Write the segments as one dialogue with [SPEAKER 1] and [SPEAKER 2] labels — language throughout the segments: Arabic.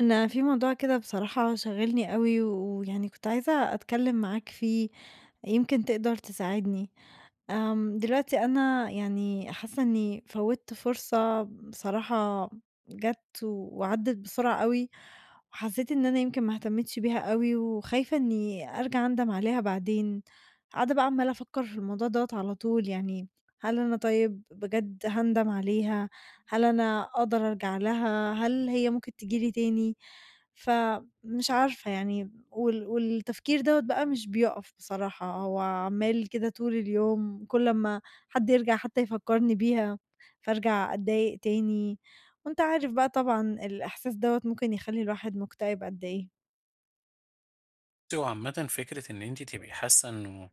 [SPEAKER 1] أنا في موضوع كده بصراحة شاغلني أوي، ويعني كنت عايزة أتكلم معاك فيه، يمكن تقدر تساعدني. دلوقتي أنا يعني حاسة إني فوّتّ فرصة بصراحة جات وعدّت بسرعة أوي، وحسيت إن أنا يمكن ما اهتمتش بيها أوي، وخايفة إني أرجع أندم عليها بعدين. قاعدة بقى عمّالة أفكّر في الموضوع دوّة على طول، يعني هل أنا طيب بجد هاندم عليها؟ هل أنا أقدر أرجع لها؟ هل هي ممكن تيجي لي تاني؟ فمش عارفة يعني والتفكير دوّة بقى مش بيُقف بصراحة، هو عمّال كده طول اليوم كل أمّا حد يرجع حتى يفكّرني بيها، فارجع أتضايق تاني، وأنت عارف بقى طبعًا الإحساس دوّة ممكن يخلّي الواحد مكتئب قد إيه.
[SPEAKER 2] بُصي، هو عامةً فكرة إن أنتِ تبقي حاسة إنه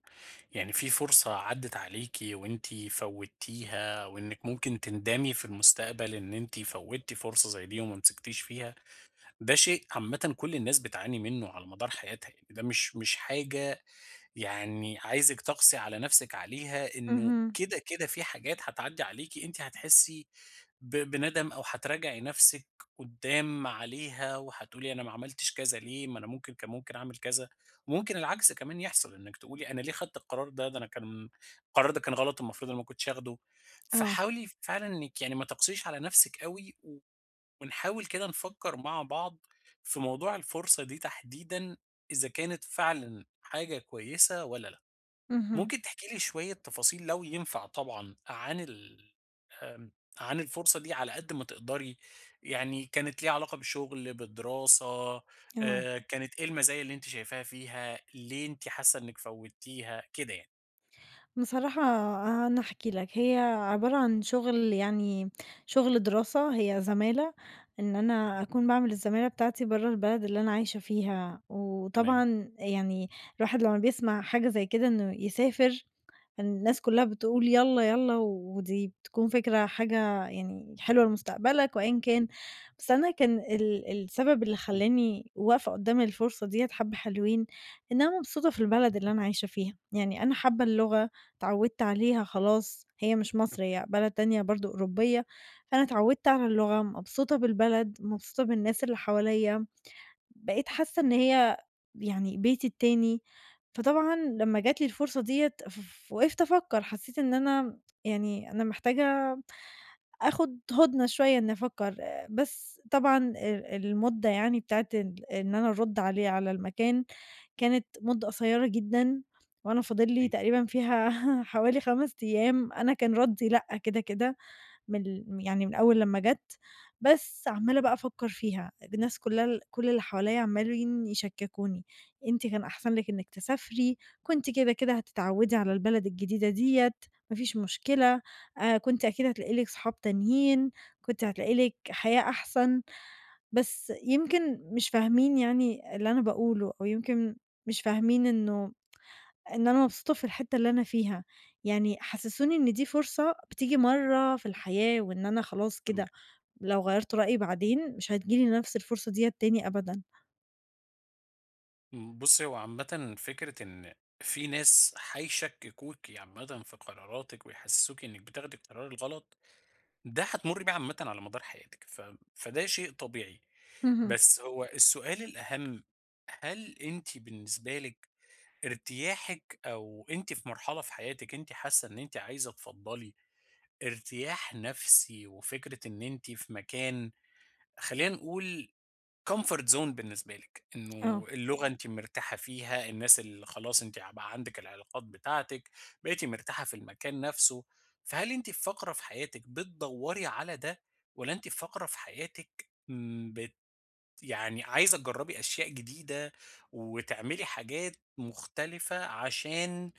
[SPEAKER 2] يعني في فرصة عدِّت عليكِ وأنتِ فوّتيها، وإنِّك ممكن تندمي في المستقبل إن أنتِ فوّتِ فرصة زي دي وما مسكتيش فيها، ده شيء عامةً كل الناس بتعاني منه على مدار حياتها، يعني ده مش حاجة يعني عايزِك تقسي على نفسِك عليها إنه
[SPEAKER 1] اهم،
[SPEAKER 2] كده، كده في حاجات هتعدّي عليكِ أنتِ هتحسّي بندم أو هتراجعي نفسِك قدّام عليها وهتقولي أنا ما عملتش كذا ليه، ما أنا ممكن كان ممكن أعمل كذا، وممكن العكس كمان يحصل، إنِّك تقولي أنا ليه خدت القرار ده، ده أنا كان القرار ده كان غلط المفروض أنا ما كنتش آخده،
[SPEAKER 1] آه،
[SPEAKER 2] فحاولي فعلًا إنِّك يعني ما تقسيش على نفسِك أوي ونحاول كده نفكر مع بعض في موضوع الفرصة دي تحديدًا إذا كانت فعلًا حاجة كويسة والّا لأ.
[SPEAKER 1] اهم،
[SPEAKER 2] ممكن تحكي لي شوية تفاصيل لو ينفع طبعًا عن ال آمم، عن الفرصة دي على قد ما تقدري، يعني كانت ليها علاقة بالشغل، بالدراسة،
[SPEAKER 1] آه.
[SPEAKER 2] كانت إيه المزايا اللي أنتِ شايفاها فيها، ليه أنتِ حاسة إنِّك فوّتيها، كده يعني؟
[SPEAKER 1] بصراحة أنا هاحكي لك، هي عبارة عن شغل يعني شغل دراسة، هي زمالة، إن أنا أكون باعمل الزمالة بتاعتي برّه البلد اللي أنا عايشة فيها، وطبعًا يعني الواحد لمّا بيسمع حاجة زي كده إنه يسافر الناس كلّها بتقول يالّا، يالّا، ودي بتكون فكرة حاجة يعني حلوة لمستقبلك وأيًا كان، بس أنا كان السبب اللي خلّاني واقفة قدّام الفرصة ديّة حبّة حلوين، إن أنا مبسوطة في البلد اللي أنا عايشة فيها، يعني أنا حابة اللغة، اتعوّدت عليها خلاص، هي مش مصر هي بلد تانية برضه أوروبية، فأنا اتعوّدت على اللغة، مبسوطة بالبلد، مبسوطة بالناس اللي حواليّا. بقيت حاسة إن هي يعني بيتي التاني، فطبعًا لمّا جات لي الفرصة ديّة وقفت أفكّر، حسّيت إن أنا يعني أنا محتاجة آخُد هُدنة شوية إنّي أفكّر، آه، بس طبعًا المدة يعني بتاعة إن أنا أرُد عليه على المكان كانت مدة قصيّرة جدًا وأنا فاضل لي تقريبًا فيها حوالي 5 أيام، أنا كان ردّي لأ كده، كده. من يعني من أول لمّا جَت، بس عمّالة بقى أفكّر فيها، الناس كلها كل اللي حواليّا عمّالين يشكّكوني، أنتِ كان أحسن لِك إنِّك تسافري، كنتِ كده، كده هتتعوّدي على البلد الجديدة ديّة، ما فيش مشكلة، كنتِ أكيد هتلاقي لِك صحاب تانيين، كنتِ هتلاقي لِك حياة أحسن، بس يمكن مش فاهمين يعني اللي أنا باقوله أو يمكن مش فاهمين إنه إن أنا مبسوطة في الحتّة اللي أنا فيها، يعني حسّسوني إن دي فرصة بتيجي مرّة في الحياة، وإن أنا خلاص
[SPEAKER 2] تمام.
[SPEAKER 1] كده لو غيّرت رأيي بعدين مش هتيجي لي نفْس الفرصة ديّة تاني أبدًا.
[SPEAKER 2] بُصّي، هو عامةً فكرة إن في ناس هيشككوكِ عامةً في قراراتِك ويحسسوكِ إنِّك بتاخدي القرار الغلط، ده هتمُرّي بيه عامةً على مدار حياتِك، فده شيء طبيعي.
[SPEAKER 1] اهم.
[SPEAKER 2] بس هو السؤال الأهم، هل أنتِ بالنسبة لِك ارتياحِك أو أنتِ في مرحلة في حياتِك أنتِ حاسة إن أنتِ عايزة تفضّلي ارتياح نفسي وفكرة إن أنتِ في مكان خلّينا نقول comfort zone بالنسبة لِك،
[SPEAKER 1] آه.
[SPEAKER 2] إنه اللغة أنتِ مرتاحة فيها، الناس اللي خلاص أنتِ ع بقى عندِك العلاقات بتاعتِك، بقيتِ مرتاحة في المكان نفسه، فهل أنتِ في فقرة في حياتِك بتدوّري على ده، والّا أنتِ في فقرة في حياتِك بت يعني عايزة تجرّبي أشياء جديدة، وتعملي حاجات مختلفة عشان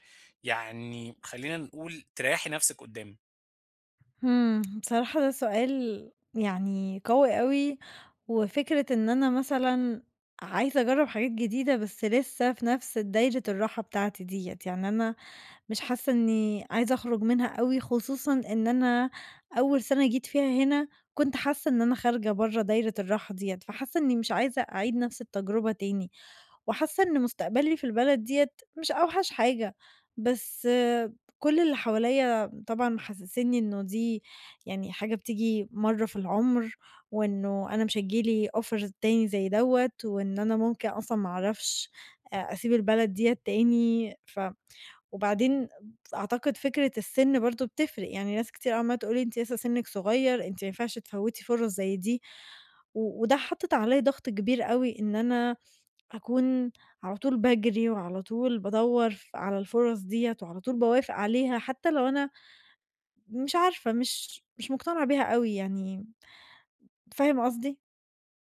[SPEAKER 2] يعني خلّينا نقول تريّحي نفسِك قدّام؟
[SPEAKER 1] إمم، بصراحة ده سؤال يعني قوي أوي، وفكرة إن أنا مثلًا عايزة أجرّب حاجات جديدة بس لسه في نفْس دايرة الراحة بتاعتي ديّة، يعني أنا مش حاسة إني عايزة أخرج منها أوي، خصوصًا إن أنا أول سَنة جيت فيها هنا كنت حاسة إن أنا خارجة برّه دايرة الراحة ديّة، فحاسة إني مش عايزة أعيد نفس التجربة تاني، وحاسة إن مستقبلي في البلد ديّة مش أوحش حاجة، بس آه، كل اللي حواليّا طبعًا محسسينّي إنه دي يعني حاجة بتيجي مرّة في العُمر، وإنه أنا مش هييجي لي offer تاني زي دوّة، وإن أنا ممكن أصلًا ما أعرفش أسيب البلد ديّة تاني وبعدين أعتقد فكرة السِن برضه بتفرق، يعني ناس كتير عمّالة تقول لي: "أنتِ لسه سِنِّك صغير، أنتِ ما ينفعش تفوّتي فرص زي دي." وده حاطط عليّا ضغط كبير أوي إن أنا أكون على طول باجري وعلى طول بادوّر على الفرص ديّة وعلى طول باوافق عليها، حتى لو أنا مش عارفة، مش مقتنعة بيها أوي يعني، فاهم قصدي؟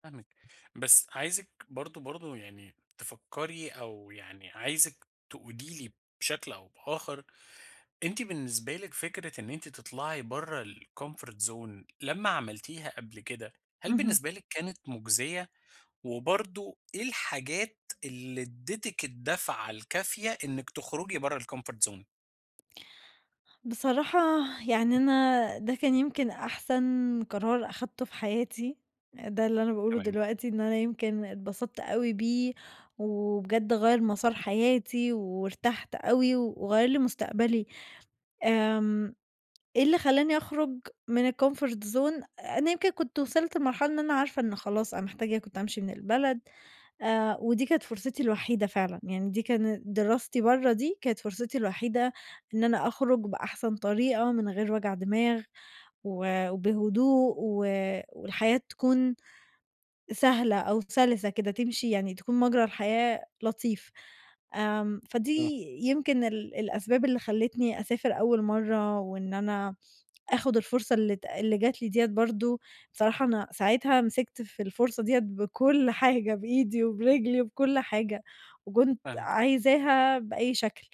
[SPEAKER 2] فاهمِك، بس عايزِك برضه يعني تفكّري أو يعني عايزِك تقولي لي بشكل أو بآخر، أنتِ بالنسبة لِك فكرة إن أنتِ تطلعي برّه الcomfort zone لمّا عملتيها قبل كده، هل
[SPEAKER 1] اهم.
[SPEAKER 2] بالنسبة لِك كانت مُجزية؟ وبرضه إيه الحاجات اللي ادّتِك الدفعة الكافية إنِّك تخرجي برّه الcomfort zone؟
[SPEAKER 1] بصراحة يعني أنا ده كان يمكن أحسن قرار أخدته في حياتي، ده اللي أنا باقوله
[SPEAKER 2] تمام،
[SPEAKER 1] دلوقتي إن أنا يمكن اتبسطت أوي بيه، وبجد غيّر مسار حياتي، وارتحت أوي، وغيّر لي مستقبلي. آمم، إيه اللي خلّاني أخرج من الcomfort zone أنا يمكن كنت وصلت لمرحلة إن أنا عارفة إن خلاص أنا محتاجة كنت أمشي من البلد، ودي كانت فرصتي الوحيدة فعلًا، يعني دي كانت دراستي برّه دي كانت فرصتي الوحيدة إن أنا أخرج بأحسن طريقة من غير وجع دماغ و وبهدوء و والحياة تكون سهلة أو سلسة كده تمشي يعني تكون مجرى الحياة لطيف. فدي
[SPEAKER 2] إمم،
[SPEAKER 1] يمكن الأسباب اللي خلّتني أسافر أول مرّة وإن أنا آخُد الفرصة اللي جات لي ديّة برضه، بصراحة أنا ساعتها مسكت في الفرصة ديّة بكل حاجة، بإيدي وبرجلي وبكل حاجة، وكنت
[SPEAKER 2] فاهمِك.
[SPEAKER 1] عايزاها بأي شكل،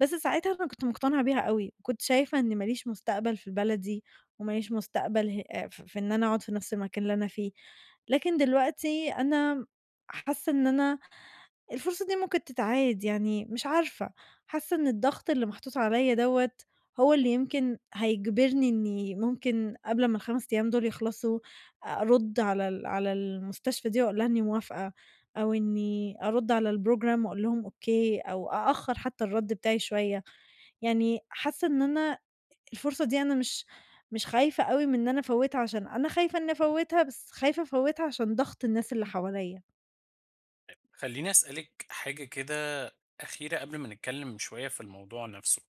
[SPEAKER 1] بس ساعتها أنا كنت مقتنعة بيها أوي، كنت شايفة إن ما ليش مستقبل في بلدي وما ليش مستقبل ه ف في إن أنا أقعد في نفْس المكان اللي أنا فيه، لكن دلوقتي أنا حاسة إن أنا الفرصة دي ممكن تتعاد، يعني مش عارفة، حاسة إن الضغط اللي محطوط عليّا دوّة هو اللي يمكن هيجبرني إني ممكن قبل ما ال5 أيام دول يخلصوا، أرُد على على المستشفى دي وأقول لها إني موافقة، أو إني أرُد على الprogram وأقول لهم أوكي، أو أأخّر حتى الرَد بتاعي شوية. يعني حاسة إن أنا الفرصة دي أنا مش خايفة أوي من إن أنا أفوّتها عشان أنا خايفة إني أفوّتها، بس خايفة أفوّتها عشان ضغط الناس اللي حواليّا.
[SPEAKER 2] خلّيني أسألِك حاجة كده أخيرة قبل ما نتكلّم شوية في الموضوع نفسه.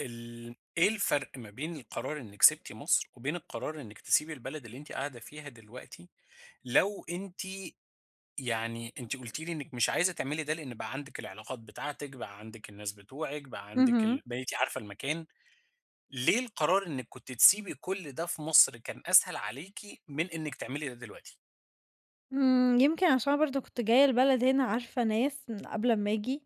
[SPEAKER 2] إيه الفرق ما بين القرار إنِّك سِبتِ مصر، وبين القرار إنِّك تسيبي البلد اللي أنتِ قاعدة فيها دلوقتي، لو أنتِ يعني أنتِ قُلتِ لي إنِّك مش عايزة تعملي ده لإن بقى عندِك العلاقات بتاعتِك، بقى عندِك الناس بتوعِك، بقى عندِك
[SPEAKER 1] اهم.
[SPEAKER 2] بقيتِ عارفة المكان، ليه القرار إنِّك كنتِ تسيبي كل ده في مصر كان أسهل عليكِ من إنِّك تعملي ده دلوقتي؟
[SPEAKER 1] إمم، يمكن عشان برضه كنت جاية البلد هنا عارفة ناس من قبل أمّا آجي،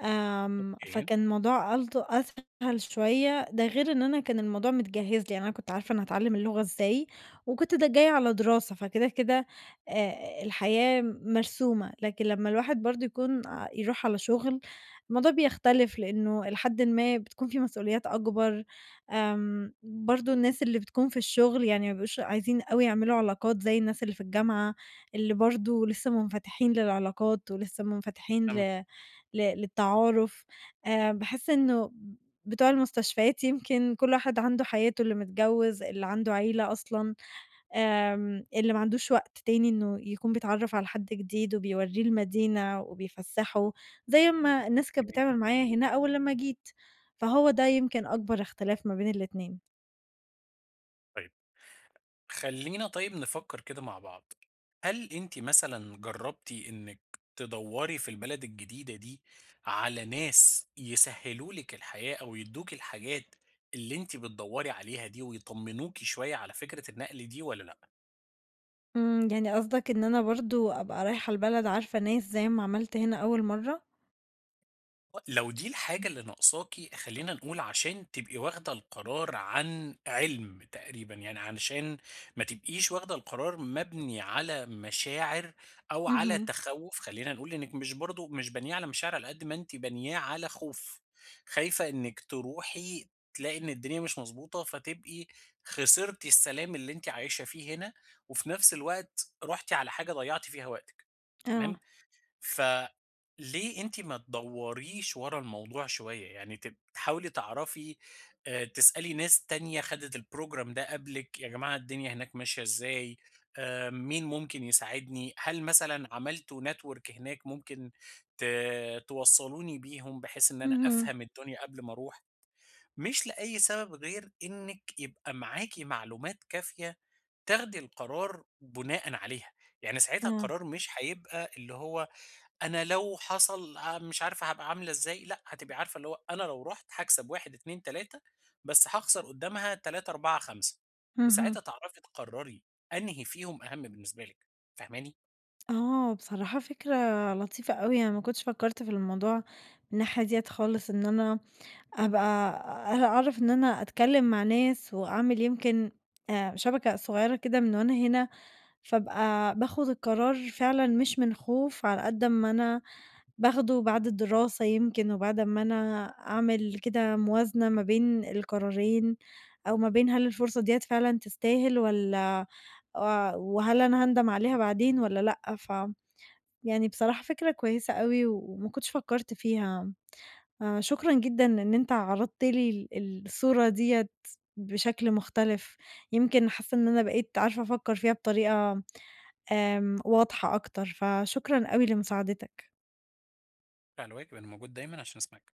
[SPEAKER 2] أوكي،
[SPEAKER 1] فكان الموضوع أسهل شوية، ده غير إن أنا كان الموضوع متجهّز لي، يعني أنا كنت عارفة أنا هاتعلّم اللغة إزاي، وكنت جاية على دراسة، فكده، كده آآ الحياة مرسومة، لكن لمّا الواحد برضه يكون يروح على شُغل، الموضوع بيختلف لإنه إلى حدٍ ما بتكون في مسؤوليات أكبر، برضه الناس اللي بتكون في الشُغل يعني ما بيبقوش عايزين أوي يعملوا علاقات زي الناس اللي في الجامعة، اللي برضه لسه منفتحين للعلاقات ولسه منفتحين
[SPEAKER 2] فاهمِك،
[SPEAKER 1] ل ل للتعارف، باحس إنه بتوع المستشفيات يمكن كل واحد عنده حياته، اللي متجوّز، اللي عنده عيلة أصلًا، اللي ما عندوش وقت تاني إنه يكون بيتعرّف على حد جديد وبيورّيه المدينة وبيفسّحه، زي ما الناس كانت
[SPEAKER 2] أوكي.
[SPEAKER 1] بتعمل معايا هنا أول لمّا جيت، فهو ده يمكن أكبر اختلاف ما بين الاتنين.
[SPEAKER 2] طيب. خلّينا طيب نفكّر كده مع بعض، هل أنتِ مثلًا جرّبتِ إنِّك تدوّري في البلد الجديدة دي على ناس يسهّلوا لِك الحياة أو يدّوكِ الحاجات اللي أنتِ بتدوّري عليها دي ويطمّنوكِ شوية على فكرة النقل دي والّا لأ؟
[SPEAKER 1] إمم، يعني قصدك إن أنا برضه أبقى رايحة البلد عارفة ناس زي ما عملت هنا أول مرّة؟
[SPEAKER 2] لو دي الحاجة اللي ناقصاكِ خلّينا نقول عشان تبقي واخدة القرار عن عِلم تقريبًا، يعني علشان ما تبقيش واخدة القرار مبني على مشاعر أو على
[SPEAKER 1] اهم،
[SPEAKER 2] تخوُّف، خلّينا نقول إنِّك مش بانياه على مشاعر على قد ما أنتِ بانياه على خوف، خايفة إنِّك تروحي تلاقي إن الدنيا مش مضبوطة، فتبقي خسرتِ السلام اللي أنتِ عايشة فيه هنا، وفي نفس الوقت رُحتِ على حاجة ضيّعتِ فيها وقتِك، تمام؟
[SPEAKER 1] آه،
[SPEAKER 2] فليه أنتِ ما تدوريش ورا الموضوع شوية، يعني تحاولي تعرفي تسألي ناس تانية خدت الprogram ده قبلِك، يا جماعة الدنيا هناك ماشية إزاي، مين ممكن يساعدني، هل مثلًا عملتوا network هناك ممكن ت توصلوني بيهم بحيث إن أنا
[SPEAKER 1] اهم،
[SPEAKER 2] أفهم الدنيا قبل ما أروح، مش لأي سبب غير إنِك يبقى معاكِ معلومات كافية تاخدي القرار بناءً عليها، يعني ساعتها
[SPEAKER 1] آه،
[SPEAKER 2] القرار مش هيبقى اللي هو أنا لو حصل مش عارفة هابقى عاملة إزاي، لأ، هتبقي عارفة اللي هو أنا لو رُحت هاكسب 1، 2، 3 بس هاخسر قدّامها 3، 4، 5
[SPEAKER 1] اهم.
[SPEAKER 2] وساعتها تعرفي تقرّري أنهي فيهم أهم بالنسبة لك، فاهماني؟
[SPEAKER 1] آه، بصراحة فكرة لطيفة أوي، أنا ما كنتش فكّرت في الموضوع من الناحية ديّة خالص، إن أنا أبقى أعرف إن أنا أتكلّم مع ناس وأعمل يمكن شبكة صغيّرة كده من وأنا هنا، فابقى باخُد القرار فعلًا مش من خوف على قد أمّا أنا باخده بعد الدراسة يمكن وبعد أمّا أنا أعمل كده موازنة ما بين القرارين أو ما بين هل الفرصة ديّة فعلًا تستاهل والّا وهل أنا هاندم عليها بعدين والّا لأ، ف يعني بصراحة فكرة كويسة أوي وما كنتش فكرت فيها، شكرًا جدًا إن أنت عرضت لي الصورة ديّة بشكل مختلف، يمكن حاسة إن أنا بقيت عارفة أفكر فيها بطريقة واضحة أكتر، فشكرًا أوي لمساعدتك.
[SPEAKER 2] على الواجب أنا موجود دايمًا عشان أسمعِك.